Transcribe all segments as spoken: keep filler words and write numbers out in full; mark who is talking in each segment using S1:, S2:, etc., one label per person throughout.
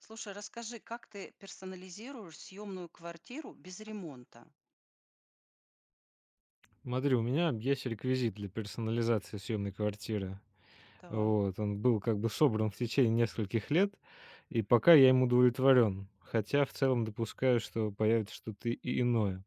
S1: Слушай, расскажи, как ты персонализируешь съемную квартиру без ремонта?
S2: Смотри, у меня есть реквизит для персонализации съемной квартиры.
S1: Так.
S2: Вот, он был как бы собран в течение нескольких лет, и пока я им удовлетворен, хотя в целом допускаю, что появится что-то и иное.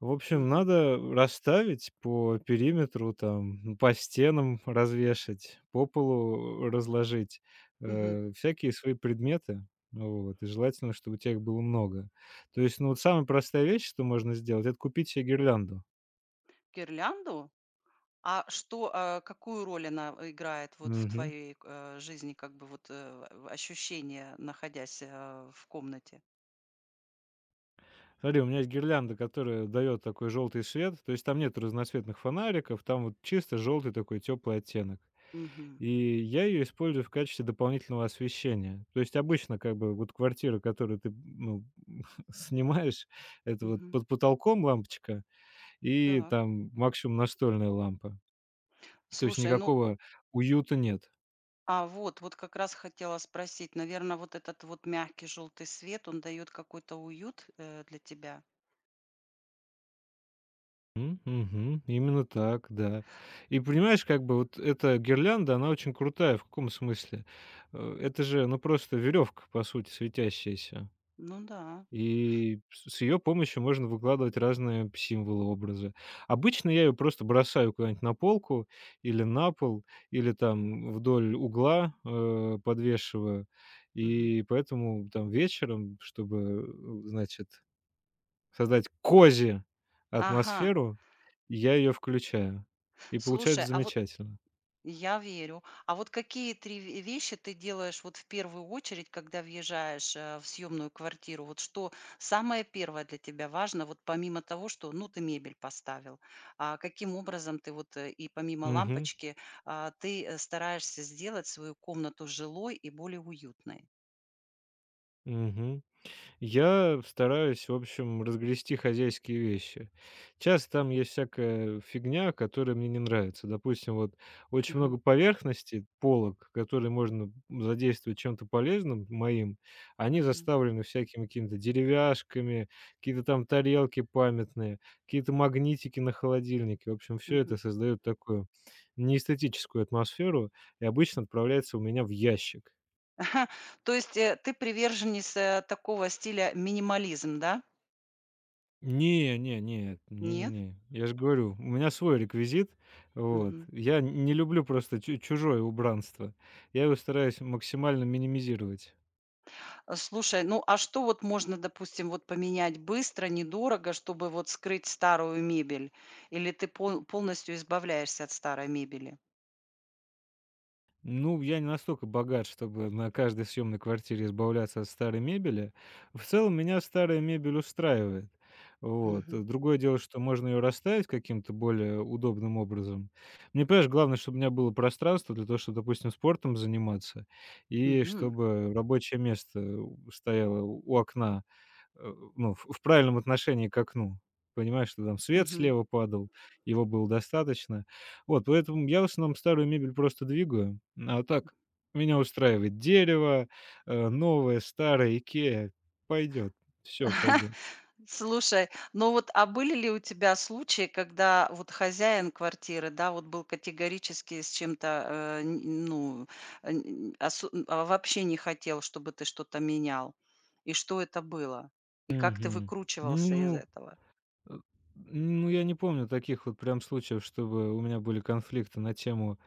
S2: В общем,
S1: Мгм.
S2: надо расставить по периметру, там, ну, по стенам развешать, по полу разложить
S1: Мгм.
S2: э, всякие свои предметы. Вот, и желательно, чтобы у тебя их было много. То есть, ну, вот самая простая вещь, что можно сделать, это купить себе гирлянду.
S1: Гирлянду? А что, а, какую роль она э, играет вот в
S2: Мгм.
S1: твоей, э, жизни, как бы вот, э, в ощущение, находясь, э, в комнате?
S2: Смотри, у меня есть гирлянда, которая дает такой желтый свет, то есть там нет разноцветных фонариков, там вот чисто желтый такой теплый оттенок.
S1: Мгм.
S2: И я ее использую в качестве дополнительного освещения. То есть обычно как бы вот квартира, которую ты ну, снимаешь, это вот
S1: Мгм.
S2: под потолком лампочка и
S1: Так.
S2: там максимум настольная лампа. То есть
S1: Слушай, ну,
S2: никакого уюта нет.
S1: а вот, вот как раз хотела спросить, наверное, вот этот вот мягкий желтый свет, он дает какой-то уют, э, для тебя?
S2: М, мгм. Именно так, да. И понимаешь, как бы вот эта гирлянда, она очень крутая. В каком смысле? Э, это же, ну, просто веревка, по сути, светящаяся.
S1: Ну да.
S2: И с с ее помощью можно выкладывать разные символы, образы. Обычно я ее просто бросаю куда-нибудь на полку или на пол, или там вдоль угла, э, подвешиваю.
S1: Мгм.
S2: И поэтому там вечером, чтобы, э, значит, создать козью
S1: Ага.
S2: атмосферу, я ее включаю. И
S1: Слушай,
S2: получается
S1: а вот.
S2: замечательно.
S1: Я верю. А вот какие три ве вещи ты делаешь вот в первую очередь, когда въезжаешь, э, в съемную квартиру? Вот что самое первое для тебя важно, вот помимо того, что, ну, ты мебель поставил, а каким образом ты вот, э, и помимо
S2: Мгм.
S1: лампочки, а, ты, э, стараешься сделать свою комнату жилой и более уютной?
S2: Мгм. Я стараюсь, в общем, разгрести хозяйские вещи. Часто там есть всякая фигня, которая мне не нравится. Допустим, вот очень
S1: Мгм,
S2: много поверхностей, полок, которые можно задействовать чем-то полезным моим, они
S1: мгм,
S2: заставлены всякими какими-то деревяшками, какие-то там тарелки памятные, какие-то магнитики на холодильнике. В общем, все
S1: мгм.
S2: это создает такую неэстетическую атмосферу и обычно отправляется у меня в ящик.
S1: То есть, э, ты приверженец, э, такого стиля минимализм, да?
S2: Не не нет,
S1: Нет?
S2: не-не-не. Я же говорю, у меня свой реквизит. Вот.
S1: Мгм.
S2: Я не люблю просто чу чужое убранство. Я его стараюсь максимально минимизировать.
S1: Э, слушай, ну, а что вот можно, допустим, вот поменять быстро, недорого, чтобы вот скрыть старую мебель? Или ты пол полностью избавляешься от старой мебели?
S2: Ну, я не настолько богат, чтобы на каждой съемной квартире избавляться от старой мебели. В целом меня старая мебель устраивает. Вот.
S1: Мгм.
S2: Э, Другое дело, что можно ее расставить каким-то более удобным образом. Мне, понимаешь, главное, чтобы у меня было пространство для того, чтобы, допустим, спортом заниматься, и
S1: Мгм.
S2: чтобы рабочее место у- стояло у окна, э, ну, в в правильном отношении к окну. Понимаешь, что там свет
S1: Мгм.
S2: слева падал, его было достаточно. Вот, поэтому я в основном старую мебель просто двигаю. А так меня устраивает дерево, э, новое, старое, икея пойдет, все пойдет.
S1: Слушай, ну вот, а были ли у тебя случаи, когда вот хозяин квартиры, да, вот был категорически с чем-то, э, н ну, э, н осу н- а, вообще не хотел, чтобы ты что-то менял? И что это было? И как ты
S2: Мгм. Не,
S1: выкручивался из
S2: ну
S1: этого?
S2: Э, ну, я не помню таких вот прям случаев, чтобы у меня были конфликты на тему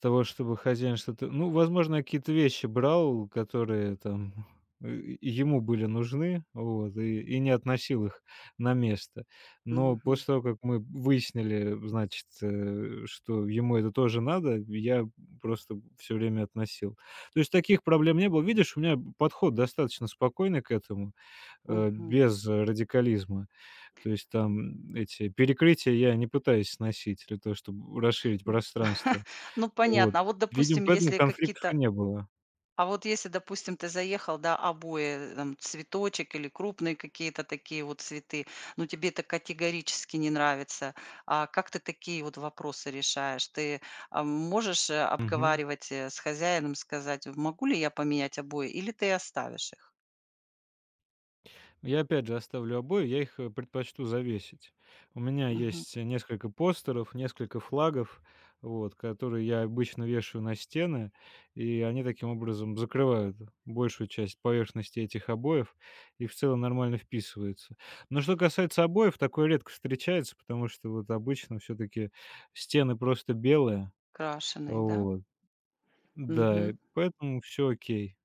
S2: того, чтобы хозяин что-то. Ну, возможно, я какие-то вещи брал, которые там, э, ему были нужны, вот, и и не относил их на место. Но
S1: Мгм.
S2: после того, как мы выяснили, значит, э, что ему это тоже надо, я просто все время относил. То есть таких проблем не было. Видишь, у меня подход достаточно спокойный к этому, э,
S1: Мгм.
S2: без радикализма. То есть там эти перекрытия я не пытаюсь сносить для того, чтобы расширить
S1: Н
S2: пространство.
S1: Ну,
S2: Вот.
S1: понятно. А вот,
S2: Видимо,
S1: допустим,
S2: поэтому
S1: если
S2: конфликтов
S1: какие-то
S2: и не было.
S1: А вот если, допустим, ты заехал, да, обои, там, цветочек или крупные какие-то такие вот цветы, ну тебе это категорически не нравится, а как ты такие вот вопросы решаешь? Ты, а, можешь, э,
S2: Мгм.
S1: обговаривать, э, с хозяином, сказать: "Могу ли я поменять обои?" Или ты оставишь их?
S2: Я опять же оставлю обои, я их, э, предпочту завесить. У меня
S1: Мгм.
S2: есть э, несколько постеров, несколько флагов, вот, которые я обычно вешаю на стены, и они таким образом закрывают большую часть поверхности этих обоев и в целом нормально вписываются. Но что касается обоев, такое редко встречается, потому что вот обычно все таки стены просто белые.
S1: Крашеные, да?
S2: Вот. Да,
S1: Мгм.
S2: поэтому все окей.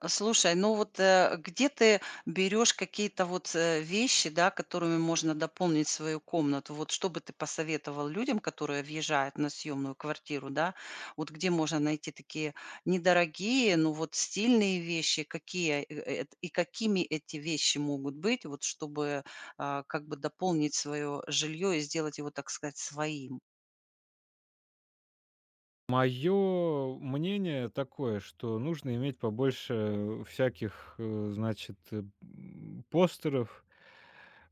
S1: А, слушай, ну вот, э, где ты берешь какие-то вот, э, вещи, да, которыми можно дополнить свою комнату? Вот что бы ты посоветовал людям, которые въезжают на съемную квартиру, да? Вот где можно найти такие недорогие, но вот стильные вещи? Какие, э, э, эт и какими эти вещи могут быть, вот чтобы, а, как бы дополнить свое жилье и сделать его, так сказать, своим?
S2: Мое мнение такое, что нужно иметь побольше всяких, э, значит, э, м, постеров,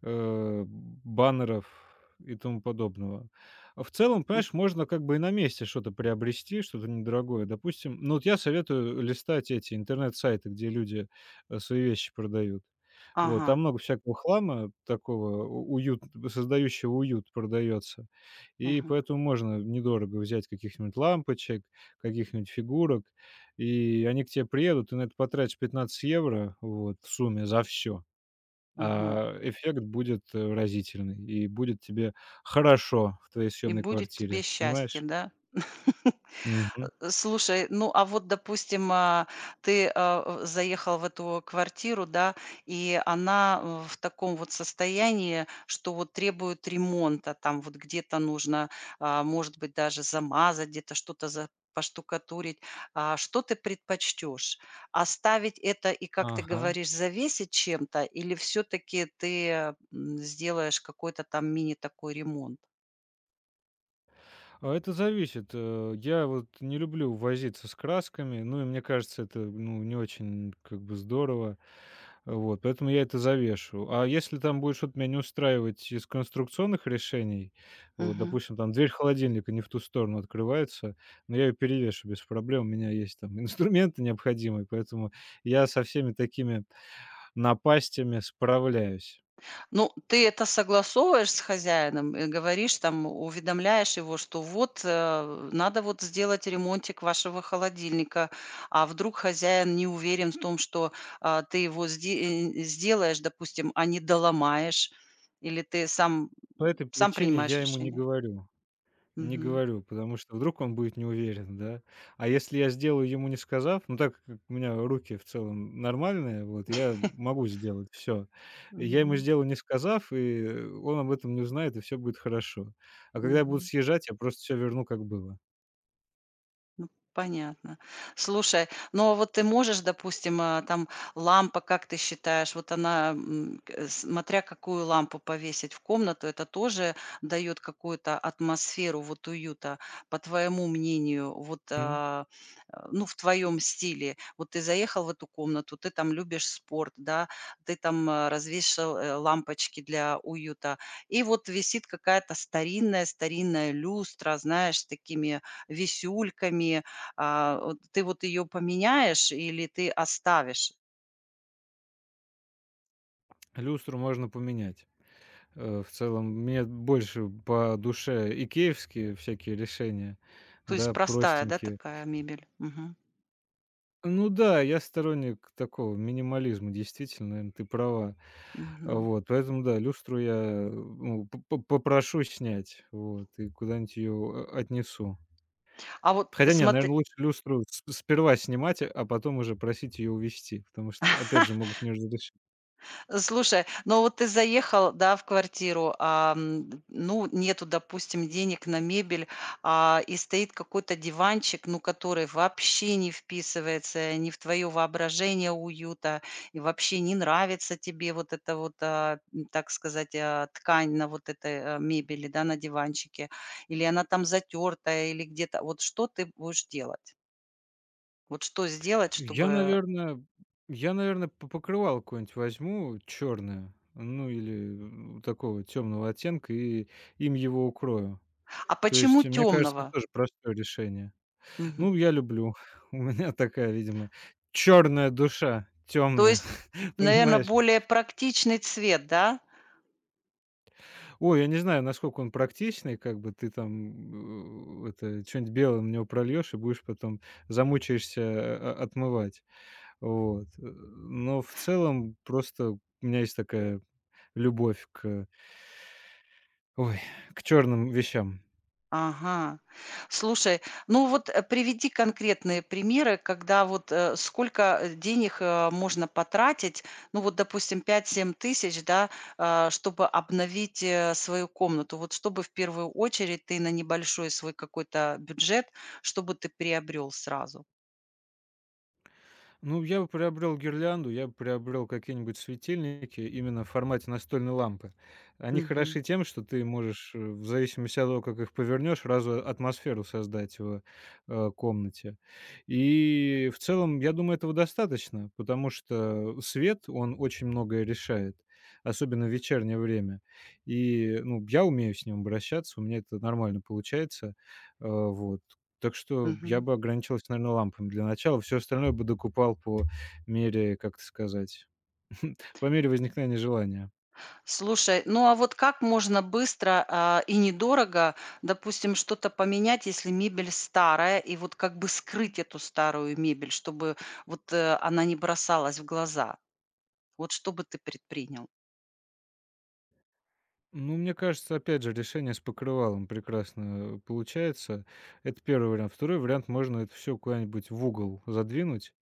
S2: э, баннеров и тому подобного. А в целом, понимаешь,
S1: Мгм.
S2: можно как бы и на месте что-то приобрести, что-то недорогое, допустим. Ну вот я советую листать эти интернет-сайты, где люди э, свои вещи продают. Вот,
S1: Ага.
S2: там много всякого хлама такого у- уют, создающего уют продается. И
S1: Мгм.
S2: поэтому можно недорого взять каких-нибудь лампочек, каких-нибудь фигурок, и они к тебе приедут, ты на это потратишь пятнадцать евро вот в сумме за все,
S1: Мгм.
S2: а эффект будет, э, разительный, и будет тебе хорошо в твоей
S1: И
S2: съемной
S1: будет тебе
S2: квартире,
S1: счастье,
S2: понимаешь?
S1: да?
S2: Мгм.
S1: слушай, ну, а вот, допустим, а, ты, а, в заехал в эту квартиру, да, и она, э, в таком вот состоянии, что вот требует ремонта. Там вот где-то нужно, а, может быть, даже замазать, где-то что-то за поштукатурить. А, что ты предпочтешь? Оставить это и, как ты
S2: Ага.
S1: говоришь, завесить чем-то или все таки ты, э, м, сделаешь какой-то там мини такой ремонт?
S2: А это зависит. Э, я вот не люблю возиться с красками, ну и мне кажется, это, ну, не очень как бы здорово. Вот, поэтому я это завешу. А если там будет что-то меня не устраивать из конструкционных решений, вот,
S1: Мгм.
S2: допустим, там дверь холодильника не в ту сторону открывается, но я ее перевешу без проблем, у меня есть там инструменты необходимые, поэтому я со всеми такими напастями справляюсь.
S1: Ну, ты это согласовываешь с хозяином и говоришь там, уведомляешь его, что вот, э, надо вот сделать ремонтик вашего холодильника, а вдруг хозяин не уверен в том, что, а, ты его сде э, сделаешь, допустим, а не доломаешь, или ты сам
S2: По этой
S1: сам
S2: причине
S1: принимаешь
S2: я ему не
S1: решение?
S2: говорю. Не
S1: Мгм.
S2: говорю, потому что вдруг он будет не уверен, да. А если я сделаю, ему не сказав, ну, так как у меня руки в целом нормальные, вот, я могу сделать все. Я ему
S1: Мгм.
S2: сделаю, не сказав, и он об этом не узнает, и все будет хорошо. А когда я буду
S1: Мгм.
S2: съезжать, я просто все верну, как было.
S1: Понятно. Слушай, ну а вот ты можешь, допустим, а, там лампа, как ты считаешь, вот она, м, к- э, смотря какую лампу повесить в комнату, это тоже дает какую-то атмосферу вот уюта, по твоему мнению, вот,
S2: Мгм.
S1: а, э, ну, в твоем стиле. Вот ты заехал в эту комнату, ты там любишь спорт, да, ты там а, развешал э, лампочки для уюта, и вот висит какая-то старинная-старинная люстра, знаешь, с такими висюльками, а, вот ты вот ее поменяешь или ты оставишь?
S2: Люстру можно поменять. Э, в целом, мне больше по душе икеевские всякие решения,
S1: То есть
S2: да,
S1: простая, да,
S2: простенькие.
S1: такая мебель? Мгм.
S2: Ну да, я сторонник такого минимализма, действительно, наверно, ты права.
S1: Мгм.
S2: Вот, поэтому да, люстру я, ну, п п попрошу снять, вот, и куда-нибудь ее о отнесу.
S1: А вот
S2: Хотя нет,
S1: смотри.
S2: наверно, лучше люстру с сперва снимать, а потом уже просить ее увезти, потому что, опять же, могут не разрешить.
S1: Слушай, ну вот ты заехал, да, в квартиру, а, м, ну, нету, допустим, денег на мебель, а, и стоит какой-то диванчик, ну, который вообще не вписывается ни в твое воображение уюта, и вообще не нравится тебе вот эта вот, а, м, так сказать, а, ткань на вот этой а, мебели, да, на диванчике, или она там затертая, или где-то. Вот что ты будешь делать? Вот что сделать,
S2: Я,
S1: чтобы...
S2: наверно я, наверно, п покрывало какое-нибудь возьму черное, ну, или, э, такого темного оттенка, и им его укрою.
S1: А
S2: То
S1: почему
S2: есть, мне кажется, это
S1: темного?
S2: тоже простое решение. Ну, я люблю. У меня такая, видимо, черная душа,
S1: То
S2: темная,
S1: есть, наверное,
S2: понимаешь?
S1: более практичный цвет, да?
S2: Ой, я не знаю, насколько он практичный, как бы ты там э, это что-нибудь белое на него прольешь и будешь потом замучаешься э, о- отмывать. Вот. Э, Но в целом просто у меня есть такая любовь к, ой, к черным вещам.
S1: Ага. Слушай, ну вот, э, приведи конкретные примеры, когда вот, э, сколько, э, денег, э, можно потратить, ну вот, допустим, пять-семь тысяч, да, а, чтобы обновить, э, свою комнату. Вот чтобы в первую очередь ты на небольшой свой какой-то бюджет, чтобы ты приобрел сразу?
S2: Ну, я бы приобрел гирлянду, я бы приобрел какие-нибудь светильники именно в формате настольной лампы. Они
S1: Мгм.
S2: хороши тем, что ты можешь, э, в зависимости от того, как их повернешь, сразу атмосферу создать в э, комнате. И в целом, я думаю, этого достаточно, потому что свет, он очень многое решает, особенно в вечернее время. И, ну, я умею с ним обращаться, у меня это нормально получается. Э, вот. Так что я
S1: Мгм.
S2: бы ограничился, наверное, лампами для начала. Все остальное бы докупал по мере, как это сказать, по мере возникновения желания.
S1: Слушай, ну а вот как можно быстро, а, и недорого, допустим, что-то поменять, если мебель старая, и вот как бы скрыть эту старую мебель, чтобы вот, э, она не бросалась в глаза? Вот что бы ты предпринял?
S2: Ну, мне кажется, опять же, решение с покрывалом прекрасно, э, получается. Это первый вариант. Второй вариант — можно это все куда-нибудь в угол задвинуть.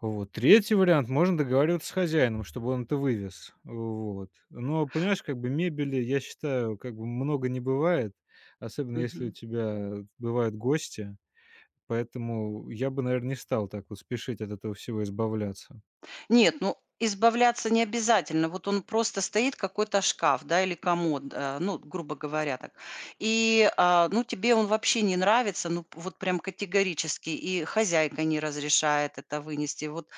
S2: Вот. Третий вариант — можно договариваться с хозяином, чтобы он это вывез. Вот. Но, понимаешь, как бы мебели, я считаю, как бы много не бывает, особенно если у тебя бывают гости. Поэтому я бы, наверное, не стал так вот спешить от этого всего избавляться.
S1: Нет, ну, избавляться не обязательно. Вот он просто стоит, какой-то шкаф, да, или комод, э, ну, грубо говоря так. И, а, ну, тебе он вообще не нравится, ну, вот прям категорически, и хозяйка не разрешает это вынести. Вот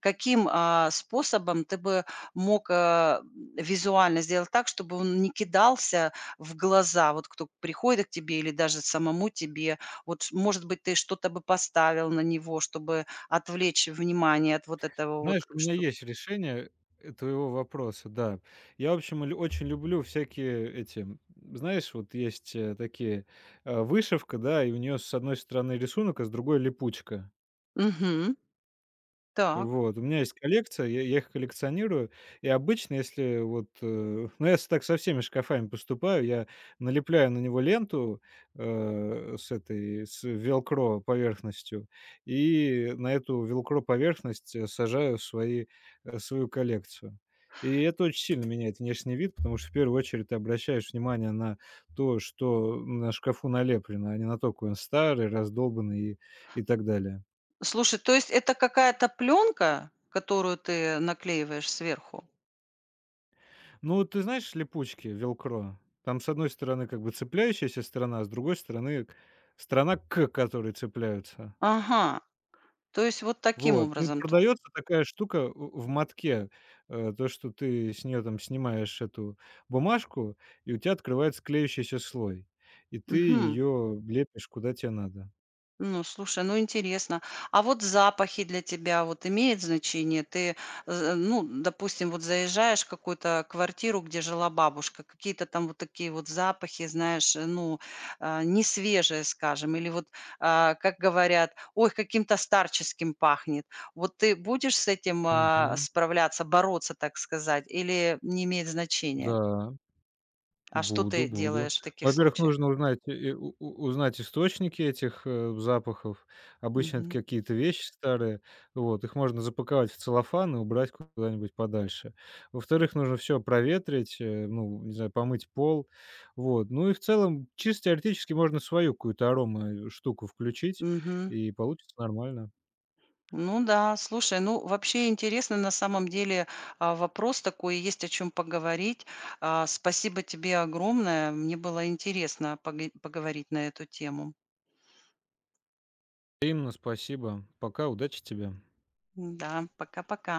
S1: каким, а, способом ты бы мог, а, визуально сделать так, чтобы он не кидался в глаза, вот кто приходит к тебе или даже самому тебе? Вот, может быть, ты что-то бы поставил на него, чтобы отвлечь внимание от вот этого
S2: Знаешь,
S1: вот,
S2: у
S1: к
S2: меня
S1: что
S2: есть решение, э, твоего вопроса, да. Я, в общем, ль очень люблю всякие эти, м, знаешь, вот есть, э, такие, э, вышивка, да, и у нее с одной стороны рисунок, а с другой липучка.
S1: Мгм. Так.
S2: Вот, у меня есть коллекция, я я их коллекционирую. И обычно, если вот, э, ну, я с так со всеми шкафами поступаю, я налепляю на него ленту, э, с этой, с велкро поверхностью, и на эту велкро поверхность, э, сажаю свои, э, свою коллекцию. И это очень сильно меняет внешний вид, потому что в первую очередь ты обращаешь внимание на то, что на шкафу налеплено, а не на то, какой он старый, раздолбанный и и так далее.
S1: Слушай, то есть это какая-то пленка, которую ты наклеиваешь сверху?
S2: Ну, ты знаешь «Липучки», «Велкро»? Там, с одной стороны, как бы цепляющаяся сторона, а с другой стороны, к сторона, к которой цепляются.
S1: Ага. То есть вот таким
S2: Вот. И
S1: образом ты
S2: продается такая штука в в мотке, э, то, что ты с нее там снимаешь эту бумажку, и у тебя открывается клеющийся слой, и ты
S1: Мгм.
S2: ее лепишь куда тебе надо.
S1: Ну, слушай, ну интересно. А вот запахи для тебя вот имеет значение? Ты, э, ну, допустим, вот заезжаешь в какую-то квартиру, где жила бабушка, какие-то там вот такие вот запахи, знаешь, э, ну, а, не свежие, скажем, или вот, а, как говорят, ой, каким-то старческим пахнет. Вот ты будешь с этим а,
S2: Мгм.
S1: справляться, бороться, так сказать, или не имеет значения?
S2: Да.
S1: А что
S2: Буду,
S1: ты
S2: буду.
S1: делаешь в
S2: Ну,
S1: таких
S2: во-первых,
S1: случаях?
S2: нужно узнать, э, у у узнать источники этих, э, запахов. Обычно это
S1: Мгм.
S2: какие-то вещи старые. Вот, их можно запаковать в целлофан и убрать куда-нибудь подальше. Во-вторых, нужно все проветрить, э, ну, не знаю, помыть пол. Вот. Ну и в целом, чисто теоретически, можно свою какую-то арома э, штуку включить,
S1: Мгм.
S2: и получится нормально.
S1: Ну да, слушай, ну вообще интересно на самом деле а, вопрос такой, есть о чем поговорить. А, Спасибо тебе огромное, мне было интересно пога- поговорить на эту тему.
S2: Именно, спасибо. Пока, удачи тебе.
S1: Да, пока-пока.